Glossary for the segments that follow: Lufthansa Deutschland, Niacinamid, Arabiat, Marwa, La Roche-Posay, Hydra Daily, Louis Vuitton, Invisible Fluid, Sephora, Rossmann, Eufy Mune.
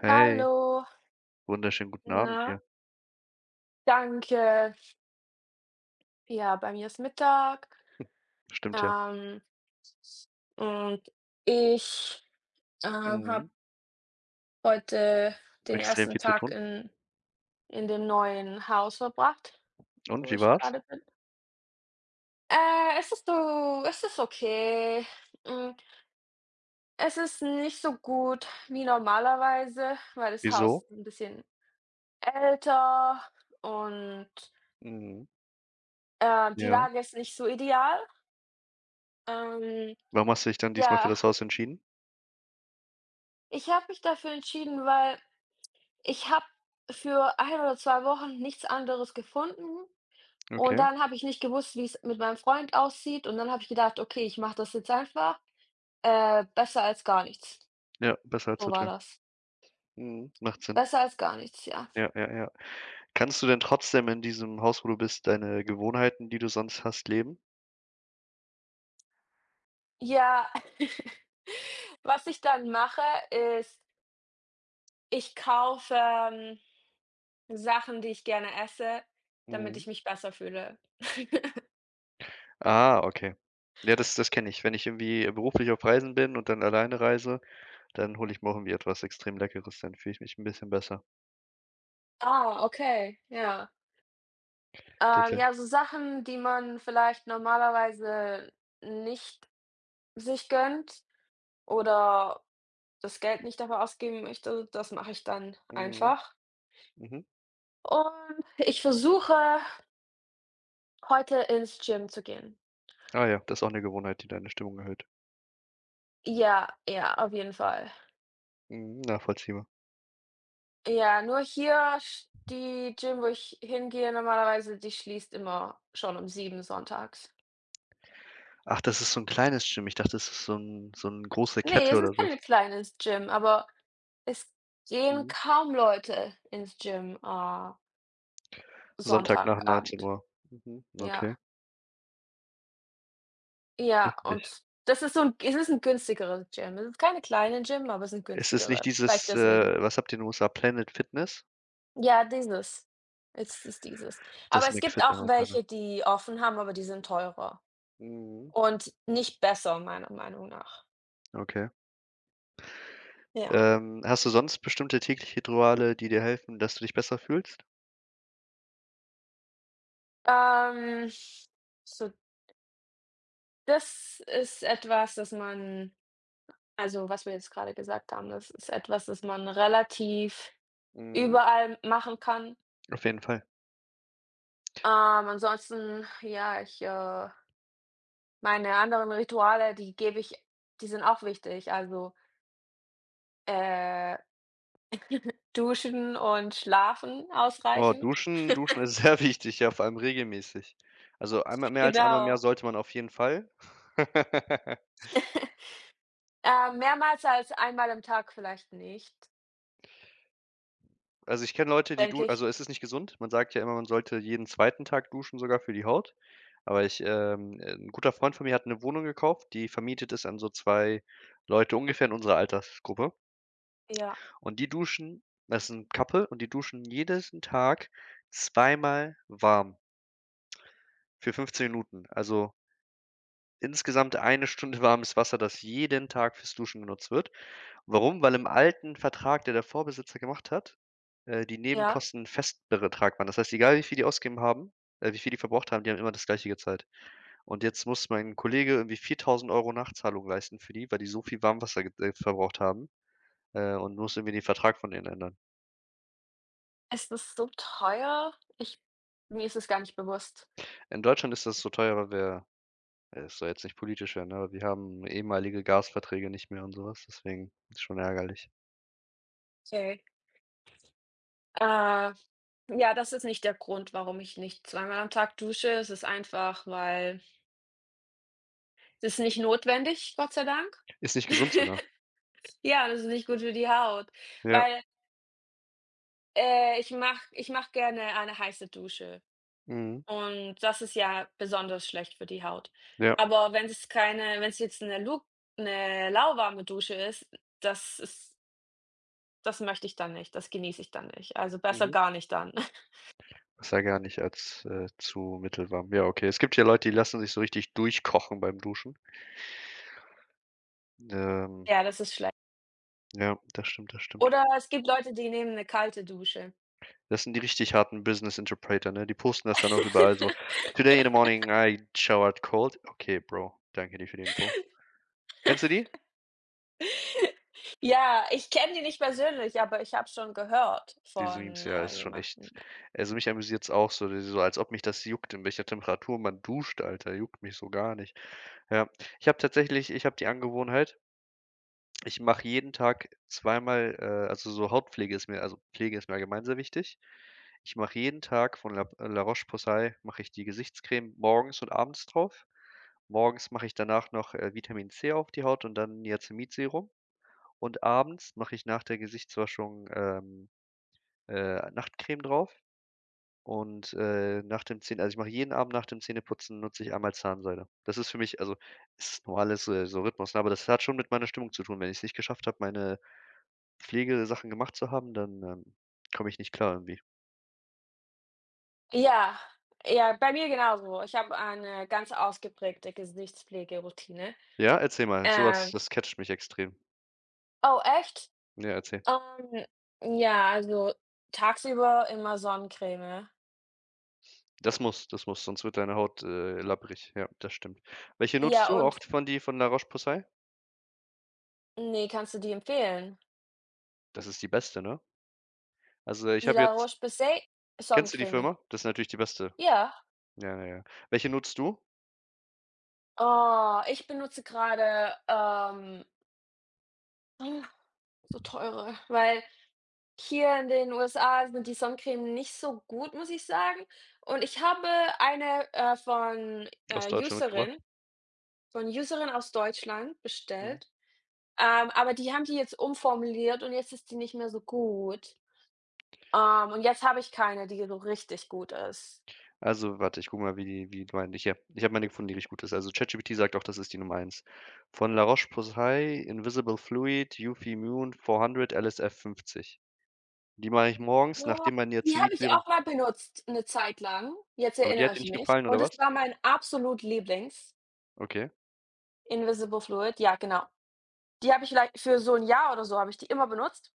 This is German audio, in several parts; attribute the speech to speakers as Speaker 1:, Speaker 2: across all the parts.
Speaker 1: Hey,
Speaker 2: Hallo.
Speaker 1: wunderschönen guten Abend
Speaker 2: Na?
Speaker 1: dir.
Speaker 2: Danke. Ja, bei mir ist Mittag,
Speaker 1: Stimmt ja.
Speaker 2: ähm, und ich, habe
Speaker 1: Mhm.
Speaker 2: heute den
Speaker 1: Extrem
Speaker 2: ersten
Speaker 1: viel zu
Speaker 2: Tag
Speaker 1: tun.
Speaker 2: in dem neuen Haus verbracht,
Speaker 1: Und
Speaker 2: wo
Speaker 1: wie
Speaker 2: ich
Speaker 1: war's?
Speaker 2: gerade bin. Es ist okay. Hm, es ist nicht so gut wie normalerweise, weil das Haus
Speaker 1: Wieso?
Speaker 2: ist ein bisschen älter und,
Speaker 1: Mhm.
Speaker 2: die
Speaker 1: Ja.
Speaker 2: Lage ist nicht so ideal. Ähm,
Speaker 1: Warum hast du dich dann diesmal für
Speaker 2: ja.
Speaker 1: das Haus entschieden?
Speaker 2: Ich habe mich dafür entschieden, weil ich habe für 1 oder 2 Wochen nichts anderes gefunden und
Speaker 1: Okay.
Speaker 2: dann habe ich nicht gewusst, wie es mit meinem Freund aussieht, und dann habe ich gedacht: „Okay, ich mache das jetzt einfach, besser als gar nichts.“
Speaker 1: Ja, besser als
Speaker 2: So war
Speaker 1: Hotel.
Speaker 2: das.
Speaker 1: Mhm. Macht Sinn.
Speaker 2: Besser als gar nichts, ja.
Speaker 1: Ja, ja, ja. Kannst du denn trotzdem in diesem Haus, wo du bist, deine Gewohnheiten, die du sonst hast, leben?
Speaker 2: Ja, was ich dann mache, ist, ich kaufe, Sachen, die ich gerne esse, damit
Speaker 1: Mhm.
Speaker 2: ich mich besser fühle.
Speaker 1: Ah, okay. Ja, das kenne ich. Wenn ich irgendwie, beruflich auf Reisen bin und dann alleine reise, dann hole ich mir auch irgendwie etwas extrem Leckeres, dann fühle ich mich ein bisschen besser.
Speaker 2: Ah, okay, ja.
Speaker 1: Das ja,
Speaker 2: Ja, so Sachen, die man vielleicht normalerweise nicht sich gönnt oder das Geld nicht dafür ausgeben möchte, das mache ich dann
Speaker 1: mhm,
Speaker 2: einfach.
Speaker 1: mhm.
Speaker 2: Und ich versuche, heute ins Gym zu gehen.
Speaker 1: Ah ja, das ist auch 'ne Gewohnheit, die deine Stimmung erhöht.
Speaker 2: Ja, ja, auf jeden Fall.
Speaker 1: Mhm, nachvollziehbar.
Speaker 2: Ja, nur hier sch die Gym, wo ich hingehe normalerweise, die schließt immer schon um 7 sonntags.
Speaker 1: Ach, das ist so 'n kleines Gym. Ich dachte, das ist so 'n große
Speaker 2: Nee,
Speaker 1: Kette
Speaker 2: es
Speaker 1: oder
Speaker 2: ist
Speaker 1: so was.
Speaker 2: kein kleines Gym, aber es gehen
Speaker 1: Mhm.
Speaker 2: kaum Leute ins Gym,
Speaker 1: Sonntag nach
Speaker 2: Sonntagabend.
Speaker 1: 19:00. Mhm,
Speaker 2: Ja,
Speaker 1: okay,
Speaker 2: ja,
Speaker 1: heftig.
Speaker 2: und das ist so 'n es ist 'n günstigeres Gym. Es ist keine kleine Gym, aber es sind
Speaker 1: Ist es nicht
Speaker 2: günstigere. Vielleicht
Speaker 1: dieses,
Speaker 2: deswegen.
Speaker 1: was habt ihr in den USA? Planet Fitness?
Speaker 2: Ja, dieses. Es ist dieses.
Speaker 1: Das
Speaker 2: Aber es gibt
Speaker 1: McFit
Speaker 2: auch
Speaker 1: Amerikaner.
Speaker 2: welche, die offen haben, aber die sind teurer
Speaker 1: Mhm,
Speaker 2: und nicht besser meiner Meinung nach.
Speaker 1: okay.
Speaker 2: Ja.
Speaker 1: Hast du sonst bestimmte tägliche Rituale, die dir helfen, dass du dich besser fühlst?
Speaker 2: Ähm, so das ist etwas, das man also, was wir jetzt grade gesagt haben, das ist etwas, das man relativ
Speaker 1: Mhm.
Speaker 2: überall machen kann.
Speaker 1: Auf jeden Fall.
Speaker 2: Ansonsten, ja, meine anderen Rituale, die gebe ich die sind auch wichtig. Also, äh, duschen und schlafen
Speaker 1: Oh,
Speaker 2: ausreichend.
Speaker 1: duschen duschen ist sehr wichtig, ja, vor allem regelmäßig. Also, einmal, mehr als einmal im Jahr
Speaker 2: Genau.
Speaker 1: sollte man auf jeden Fall.
Speaker 2: Mehrmals als 1 Mal am Tag vielleicht nicht,
Speaker 1: Also, ich kenne Leute, die du
Speaker 2: denke
Speaker 1: also,
Speaker 2: ich.
Speaker 1: es ist nicht gesund. Man sagt ja immer, man sollte jeden zweiten Tag duschen, sogar für die Haut. Aber ich, 'n guter Freund von mir hat 'ne Wohnung gekauft, die vermietet ist an so 2 Leute ungefähr in unserer Altersgruppe.
Speaker 2: Ja,
Speaker 1: Und die duschen, das ist 'n Couple, und die duschen jeden Tag zweimal warm für 15 Minuten. Also, insgesamt eine Stunde warmes Wasser, das jeden Tag fürs Duschen genutzt wird. Warum? Weil im alten Vertrag, der der Vorbesitzer gemacht hat, die
Speaker 2: ja.
Speaker 1: Nebenkosten ein Festbetrag waren. Das heißt, egal wie viel die ausgegeben haben, wie viel die verbraucht haben, die haben immer das Gleiche gezahlt. Und jetzt muss mein Kollege irgendwie 4.000 Euro Nachzahlung leisten für die, weil die so viel Warmwasser ge verbraucht haben, und muss irgendwie den Vertrag von denen ändern.
Speaker 2: Es ist so teuer. Ich Mir ist es gar nicht bewusst.
Speaker 1: In Deutschland ist das so teuer, weil wir, es soll jetzt nicht politisch werden, aber wir haben ehemalige Gasverträge nicht mehr und sowas. Deswegen ist schon ärgerlich.
Speaker 2: Okay. Äh, ja, das ist nicht der Grund, warum ich nicht 2 Mal am Tag dusche. Es ist einfach, weil es ist nicht notwendig, Gott sei Dank.
Speaker 1: Ist nicht gesund sogar.
Speaker 2: Ja, das ist nicht gut für die Haut,
Speaker 1: Ja,
Speaker 2: weil ich mache gerne eine heiße Dusche,
Speaker 1: mhm,
Speaker 2: und das ist ja besonders schlecht für die Haut.
Speaker 1: ja,
Speaker 2: Aber wenn es jetzt eine lu 'ne lauwarme Dusche ist, das ist das möchte ich dann nicht, das genieße ich dann nicht. Also, besser
Speaker 1: mhm.
Speaker 2: gar nicht dann.
Speaker 1: Das sah gar nicht als, zu mittelwarm. Ja, okay. Es gibt ja Leute, die lassen sich so richtig durchkochen beim Duschen. Ähm,
Speaker 2: Ja, das ist schlecht.
Speaker 1: ja, das stimmt, das stimmt.
Speaker 2: Oder es gibt Leute, die nehmen eine kalte Dusche.
Speaker 1: Das sind die richtig harten Business Interpreter, ne? Die posten das dann auch überall so: „Today in the morning I showered cold." Okay, Bro, danke dir für die Info. Kennst du die?
Speaker 2: Ja, ich kenne die nicht persönlich, aber ich habe schon gehört
Speaker 1: Diese Memes,
Speaker 2: von,
Speaker 1: ja, ist schon
Speaker 2: jemandem.
Speaker 1: echt, also, mich amüsiert's auch so, so als ob mich das juckt, in welcher Temperatur man duscht, Alter, juckt mich so gar nicht. Ja, ich habe die Angewohnheit. Ich mache jeden Tag zweimal, also, so Hautpflege ist mir, also Pflege ist mir allgemein sehr wichtig. Ich mache jeden Tag von La Roche-Posay mache ich die Gesichtscreme morgens und abends drauf. Morgens mache ich danach noch, Vitamin C auf die Haut und dann Niacinamid-Serum, und abends mache ich nach der Gesichtswaschung, Nachtcreme drauf, und, nach dem Zähne also, ich mache jeden Abend nach dem Zähneputzen nutze ich einmal Zahnseide. Das ist für mich, also, ist nur alles, so Rhythmus, ne, aber das hat schon mit meiner Stimmung zu tun. Wenn ich es nicht geschafft habe, meine Pflegesachen gemacht zu haben, dann, komme ich nicht klar irgendwie.
Speaker 2: Ja, ja, bei mir genauso. Ich habe eine ganz ausgeprägte Gesichtspflegeroutine.
Speaker 1: Ja, erzähl mal, so was
Speaker 2: Ähm
Speaker 1: das catcht mich extrem.
Speaker 2: oh, echt?
Speaker 1: Ja, erzähl.
Speaker 2: Ähm, ja, also tagsüber immer Sonnencreme.
Speaker 1: Das muss, sonst wird deine Haut, labbrig. Ja, das stimmt. Welche nutzt
Speaker 2: Ja,
Speaker 1: du? Auch
Speaker 2: und
Speaker 1: von die von La Roche-Posay?
Speaker 2: nee, kannst du die empfehlen?
Speaker 1: Das ist die beste, ne? Also, ich
Speaker 2: Die
Speaker 1: habe
Speaker 2: La
Speaker 1: jetzt,
Speaker 2: Roche-Posay
Speaker 1: kennst du die
Speaker 2: Sonnencreme.
Speaker 1: Firma? Das ist natürlich die beste.
Speaker 2: Ja.
Speaker 1: Ja, ja, ja. Welche nutzt du?
Speaker 2: Oh, ich benutze gerade ah, so teure, weil hier in den USA sind die Sonnencremen nicht so gut, muss ich sagen. Und ich habe eine, von,
Speaker 1: Aus Deutschland mitgebracht?
Speaker 2: Userin aus Deutschland
Speaker 1: Mhm.
Speaker 2: bestellt, aber die haben die jetzt umformuliert, und jetzt ist die nicht mehr so gut. Und jetzt habe ich keine, die so richtig gut ist.
Speaker 1: Also, warte, ich gucke mal, wie meine ich hier. Ich habe meine gefunden, die richtig gut ist. Also, ChatGPT sagt auch, das ist die Nummer eins. Von La Roche-Posay, Invisible Fluid, Eufy Mune 400, LSF 50. Die mache ich morgens,
Speaker 2: Ja,
Speaker 1: nachdem mein
Speaker 2: die habe ich
Speaker 1: Niacinid-Serum.
Speaker 2: auch mal benutzt eine Zeit lang, jetzt
Speaker 1: Aber die
Speaker 2: erinnere
Speaker 1: hat dir
Speaker 2: ich
Speaker 1: nicht
Speaker 2: mich.
Speaker 1: gefallen oder
Speaker 2: Und es
Speaker 1: was?
Speaker 2: war mein absolut Lieblings,
Speaker 1: Okay.
Speaker 2: Invisible Fluid, ja genau. Die habe ich vielleicht für so 1 Jahr oder so habe ich die immer benutzt.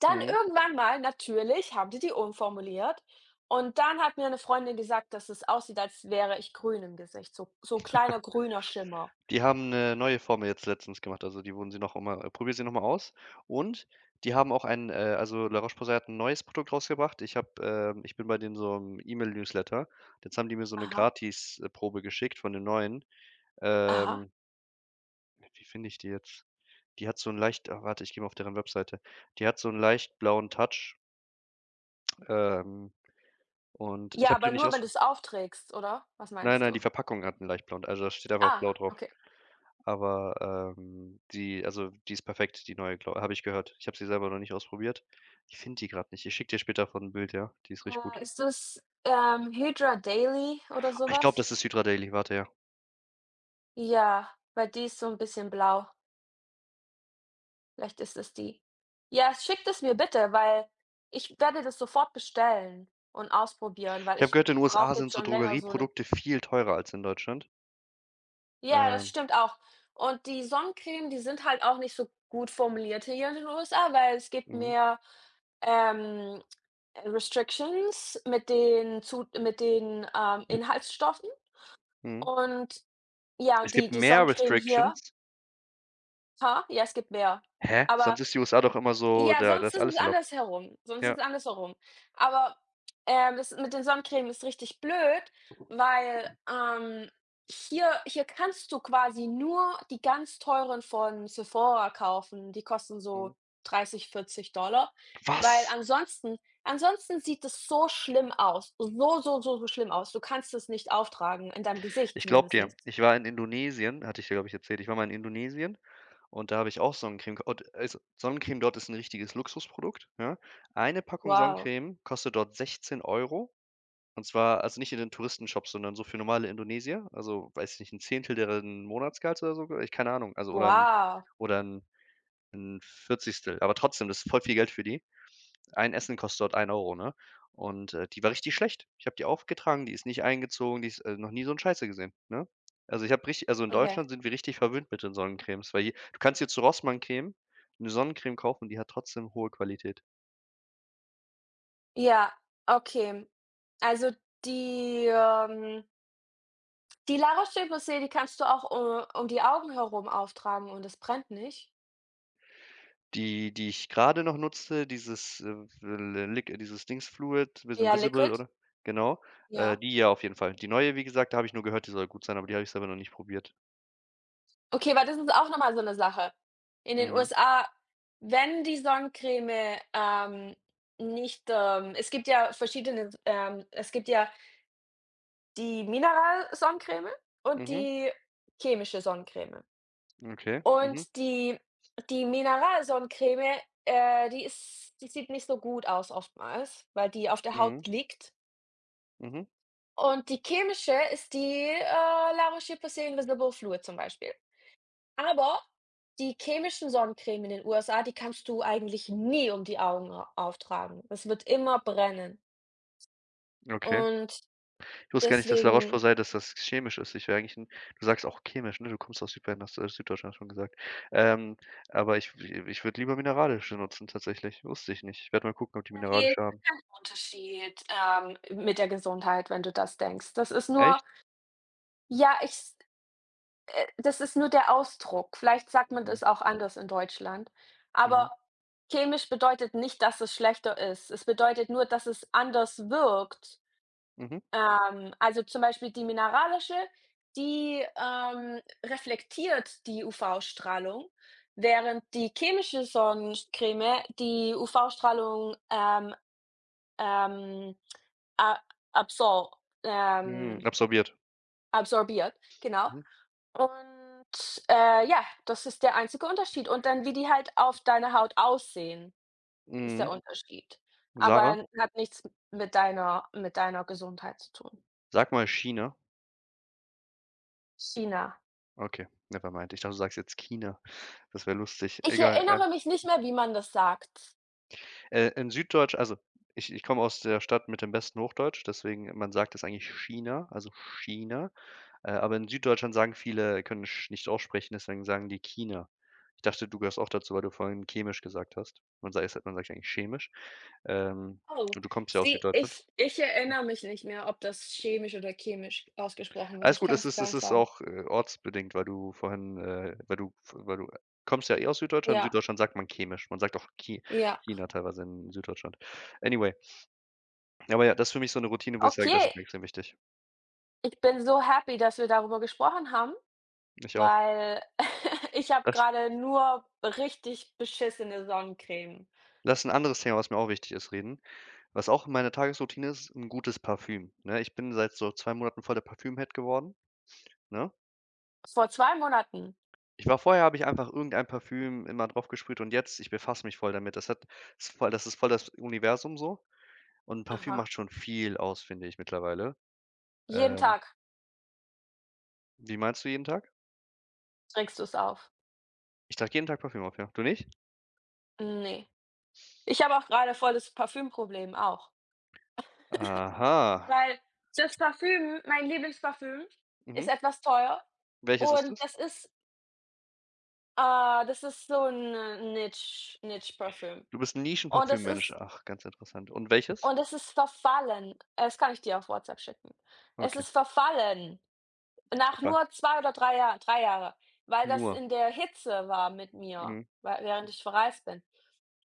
Speaker 2: Dann
Speaker 1: Mhm.
Speaker 2: irgendwann mal natürlich haben die die umformuliert, und dann hat mir eine Freundin gesagt, dass es aussieht, als wäre ich grün im Gesicht, so 'n kleiner grüner Schimmer.
Speaker 1: Die haben eine neue Formel jetzt letztens gemacht, also, die wurden sie noch mal, probier sie noch mal aus. Und die haben auch also, La Roche-Posay hat ein neues Produkt rausgebracht. Ich bin bei denen so im E-Mail-Newsletter. Jetzt haben die mir so eine
Speaker 2: Aha,
Speaker 1: Gratis Probe geschickt von dem neuen.
Speaker 2: aha.
Speaker 1: Ähm, wie finde ich die jetzt? Die hat so 'n leicht, ah, warte, ich gehe mal auf deren Webseite. Die hat so 'n leicht blauen Touch, ähm, und ich
Speaker 2: Ja,
Speaker 1: habe die
Speaker 2: aber
Speaker 1: noch nicht
Speaker 2: nur, wenn du
Speaker 1: ausprobiert.
Speaker 2: es aufträgst, oder? Was
Speaker 1: Nein,
Speaker 2: meinst
Speaker 1: nein, die
Speaker 2: du?
Speaker 1: Verpackung hat 'n leicht blauen, also, da steht einfach blau
Speaker 2: Ah,
Speaker 1: drauf.
Speaker 2: okay.
Speaker 1: Aber, die ist perfekt, die neue, glau habe ich gehört. Ich habe sie selber noch nicht ausprobiert. Ich finde die grad nicht. Ich schicke dir später davon 'n Bild, ja? Die ist richtig gut.
Speaker 2: Ist das, Hydra Daily oder
Speaker 1: Ah, ich glaube,
Speaker 2: sowas?
Speaker 1: das ist Hydra Daily, warte, ja.
Speaker 2: Ja, weil die ist so ein bisschen blau. Vielleicht ist es die. Ja, schickt es mir bitte, weil ich werde das sofort bestellen und ausprobieren,
Speaker 1: Ich
Speaker 2: weil
Speaker 1: habe
Speaker 2: ich
Speaker 1: gehört, in USA
Speaker 2: brauche jetzt
Speaker 1: sind so
Speaker 2: schon länger so eine.
Speaker 1: Drogerieprodukte viel teurer als in Deutschland.
Speaker 2: Ja, das
Speaker 1: Ähm,
Speaker 2: stimmt auch. Und die Sonnencreme, die sind halt auch nicht so gut formuliert hier in den USA, weil es gibt
Speaker 1: mhm,
Speaker 2: mehr, ähm, Restrictions mit den Zu mit den, Inhaltsstoffen,
Speaker 1: mhm.
Speaker 2: und ja,
Speaker 1: Es
Speaker 2: die
Speaker 1: gibt
Speaker 2: die
Speaker 1: mehr
Speaker 2: Sonnencreme hier.
Speaker 1: Restrictions.
Speaker 2: Ha? Ja, es gibt mehr.
Speaker 1: Hä?
Speaker 2: Aber,
Speaker 1: Sonst ist die USA doch immer so,
Speaker 2: ja,
Speaker 1: da
Speaker 2: sonst
Speaker 1: ist
Speaker 2: ist
Speaker 1: alles
Speaker 2: es
Speaker 1: erlaubt.
Speaker 2: andersherum. Sonst ist
Speaker 1: Ja.
Speaker 2: es andersherum. Aber, das mit den Sonnencreme ist richtig blöd, weil, hier kannst du quasi nur die ganz teuren von Sephora kaufen. Die kosten so
Speaker 1: Mhm.
Speaker 2: 30, 40 Dollar, weil
Speaker 1: Was?
Speaker 2: ansonsten sieht es so schlimm aus. So, so, so, so schlimm aus. Du kannst es nicht auftragen, in deinem Gesicht
Speaker 1: Ich glaube dir.
Speaker 2: zumindest.
Speaker 1: Ich war in Indonesien, hatte ich dir, glaube ich, erzählt. Ich war mal in Indonesien und da habe ich auch Sonnencreme gek und also, Sonnencreme dort ist 'n richtiges Luxusprodukt, ja? Eine Packung
Speaker 2: Wow.
Speaker 1: Sonnencreme kostet dort 16 Euro, und zwar, also, nicht in den Touristenshops, sondern so für normale Indonesier. Also, weiß ich nicht, 1 Zehntel deren Monatsgehalts oder so, ich keine Ahnung, also, oder 'n
Speaker 2: Wow.
Speaker 1: oder 'n 'n 1. Aber trotzdem, das ist voll viel Geld für die. Ein Essen kostet dort ein Euro, ne? Und, die war richtig schlecht. Ich habe die aufgetragen, die ist nicht eingezogen, die ist noch nie so 'n Scheiße gesehen, ne? Also, ich habe richtig also, in
Speaker 2: Okay.
Speaker 1: Deutschland sind wir richtig verwöhnt mit den Sonnencremes, weil je du kannst hier zu Rossmann-Creme 'ne Sonnencreme kaufen, und die hat trotzdem hohe Qualität.
Speaker 2: Ja, okay. Also die, ähm die Laroche-Posay, die kannst du auch, um die Augen herum auftragen, und es brennt nicht?
Speaker 1: Die, die ich grade noch nutze, dieses, l Liq dieses Dings Fluid with
Speaker 2: Ja,
Speaker 1: Invisible,
Speaker 2: Liquid?
Speaker 1: oder? Genau,
Speaker 2: Ja.
Speaker 1: die ja auf jeden Fall. Die neue, wie gesagt, da habe ich nur gehört, die soll gut sein, aber die habe ich selber noch nicht probiert.
Speaker 2: Okay, weil das ist auch noch mal so eine Sache. In den
Speaker 1: Mhm.
Speaker 2: USA, wenn die Sonnencreme, nicht, es gibt ja verschiedene, es gibt ja die Mineral-Sonnencreme und
Speaker 1: Mhm.
Speaker 2: die chemische Sonnencreme.
Speaker 1: Okay. Mhm.
Speaker 2: Und die die Mineralsonnencreme, die sieht nicht so gut aus oftmals, weil die auf der
Speaker 1: Mhm.
Speaker 2: Haut liegt.
Speaker 1: Mhm.
Speaker 2: Und die chemische ist die, La Roche-Posay Invisible Fluid zum Beispiel. Aber die chemischen Sonnencreme in den USA, die kannst du eigentlich nie um die Augen au auftragen. Es wird immer brennen.
Speaker 1: Okay.
Speaker 2: Und
Speaker 1: Ich wusste gar nicht,
Speaker 2: deswegen
Speaker 1: Dass das chemisch ist. Ich wäre eigentlich 'n, du sagst auch chemisch, ne? Du kommst aus Südbayern, hast, Süddeutschland schon gesagt. Ähm, aber ich würde lieber mineralische nutzen tatsächlich. Wusste ich nicht. Ich werde mal gucken, ob die
Speaker 2: ein
Speaker 1: mineralische haben.
Speaker 2: Unterschied, mit der Gesundheit, wenn du das denkst. Das ist nur,
Speaker 1: Echt?
Speaker 2: ja, ich das ist nur der Ausdruck. Vielleicht sagt man
Speaker 1: Hm.
Speaker 2: das auch anders in Deutschland.
Speaker 1: Mhm.
Speaker 2: Aber chemisch bedeutet nicht, dass es schlechter ist. Es bedeutet nur, dass es anders wirkt.
Speaker 1: Mhm. Mhm.
Speaker 2: Also zum Beispiel die mineralische, die, reflektiert die UV-Strahlung, während die chemische Sonnencreme die UV-Strahlung, ähm, a absor
Speaker 1: Hm,
Speaker 2: ähm,
Speaker 1: absorbiert.
Speaker 2: absorbiert, genau.
Speaker 1: Mhm.
Speaker 2: Und, ja, das ist der einzige Unterschied. Und dann, wie die halt auf deiner Haut aussehen, ist der
Speaker 1: Mhm.
Speaker 2: Unterschied.
Speaker 1: Sarah,
Speaker 2: Aber hat nichts mit deiner Gesundheit zu tun.
Speaker 1: sag mal China.
Speaker 2: China.
Speaker 1: Okay, never mind. Ich dachte, du sagst jetzt China. Das wäre lustig.
Speaker 2: Ich
Speaker 1: Egal,
Speaker 2: erinnere mich nicht mehr, wie man das sagt.
Speaker 1: äh, in Süddeutsch also, ich komme aus der Stadt mit dem besten Hochdeutsch, deswegen, man sagt es eigentlich China, also China. Aber in Süddeutschland sagen viele, können sch nicht aussprechen, deswegen sagen die China. Ich dachte, du gehörst auch dazu, weil du vorhin chemisch gesagt hast. Man sagt ja eigentlich chemisch. Ähm,
Speaker 2: Oh,
Speaker 1: und du kommst ja aus
Speaker 2: Sie
Speaker 1: Süddeutschland.
Speaker 2: ich ich erinnere mich nicht mehr, ob das chemisch oder chemisch ausgesprochen wird.
Speaker 1: Alles
Speaker 2: Ich
Speaker 1: gut,
Speaker 2: kann
Speaker 1: es
Speaker 2: es
Speaker 1: ist
Speaker 2: gar
Speaker 1: es
Speaker 2: nicht
Speaker 1: ist
Speaker 2: sagen.
Speaker 1: auch, ortsbedingt, weil du vorhin, weil du kommst ja eh aus Süddeutschland. In
Speaker 2: Ja,
Speaker 1: Süddeutschland sagt man chemisch. Man sagt auch
Speaker 2: ja.
Speaker 1: China teilweise in Süddeutschland. Anyway, aber ja, das ist für mich so eine Routine, wo ich sage, das
Speaker 2: Okay,
Speaker 1: ist mir extrem wichtig.
Speaker 2: ich bin so happy, dass wir darüber gesprochen haben.
Speaker 1: Ich auch.
Speaker 2: Weil ich habe
Speaker 1: Lass
Speaker 2: gerade nur richtig beschissene Sonnencreme.
Speaker 1: lass 'n anderes Thema, was mir auch wichtig ist, reden. Was auch in meiner Tagesroutine ist, 'n gutes Parfüm, ne? Ich bin seit so 2 Monaten voll der Parfüm-Head geworden, ne?
Speaker 2: Vor 2 Monaten.
Speaker 1: Ich war vorher Habe ich einfach irgendein Parfüm immer drauf gesprüht, und jetzt, ich befasse mich voll damit. Das ist voll das Universum so, und Parfüm
Speaker 2: Aha.
Speaker 1: macht schon viel aus, finde ich mittlerweile.
Speaker 2: Jeden
Speaker 1: Ähm,
Speaker 2: Tag
Speaker 1: wie meinst du jeden Tag?
Speaker 2: trägst du es auf.
Speaker 1: Ich trage jeden Tag Parfüm auf, ja. Du nicht?
Speaker 2: Ne. Ich habe auch gerade voll das Parfümproblem auch,
Speaker 1: Aha.
Speaker 2: weil das Parfüm mein Lieblingsparfüm
Speaker 1: Mhm.
Speaker 2: ist etwas teuer,
Speaker 1: Welches ist
Speaker 2: und
Speaker 1: es?
Speaker 2: das ist so ein Niche-Parfüm,
Speaker 1: Du bist 'n
Speaker 2: und das
Speaker 1: Nischen-Parfüm-Mensch.
Speaker 2: ist
Speaker 1: Ach, ganz interessant. Und welches?
Speaker 2: und es ist verfallen. Das kann ich dir auf WhatsApp schicken. Es
Speaker 1: Okay,
Speaker 2: ist verfallen. Nach
Speaker 1: total.
Speaker 2: nur 2 oder 3 Jahren 3 Jahre, weil das
Speaker 1: Nur.
Speaker 2: in der Hitze war mit mir,
Speaker 1: Mhm.
Speaker 2: wei während ich verreist bin.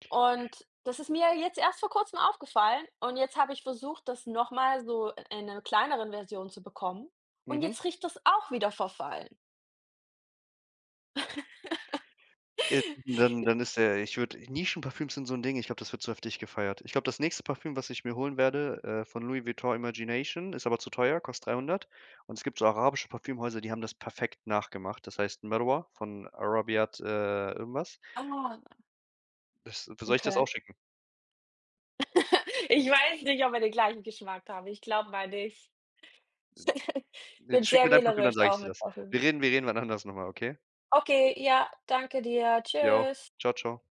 Speaker 2: Und das ist mir jetzt erst vor Kurzem aufgefallen, und jetzt habe ich versucht, das noch mal so in einer kleineren Version zu bekommen, und
Speaker 1: Mhm.
Speaker 2: jetzt riecht das auch wieder verfallen.
Speaker 1: Dann dann ist der ich würde Nischenparfüms sind so 'n Ding, ich glaube, das wird zu heftig gefeiert. Ich glaube, das nächste Parfüm, was ich mir holen werde, von Louis Vuitton Imagination, ist aber zu teuer, kostet 300, und es gibt so arabische Parfümhäuser, die haben das perfekt nachgemacht. Das heißt Marwa von Arabiat, irgendwas.
Speaker 2: Ah,
Speaker 1: Das soll ich das auch
Speaker 2: okay.
Speaker 1: schicken?
Speaker 2: Ich weiß nicht, ob wir den gleichen Geschmack haben. Ich glaube mal nicht. Ich bin
Speaker 1: Schick mir
Speaker 2: sehr
Speaker 1: dein Parfüm, dann
Speaker 2: wählerisch
Speaker 1: sage
Speaker 2: auch
Speaker 1: ich dir
Speaker 2: mit
Speaker 1: das. Wir
Speaker 2: Parfüms.
Speaker 1: reden wir reden wann anders noch mal, okay?
Speaker 2: Okay, ja, danke dir.
Speaker 1: Dir auch.
Speaker 2: Tschüss.
Speaker 1: Tschau, tschau.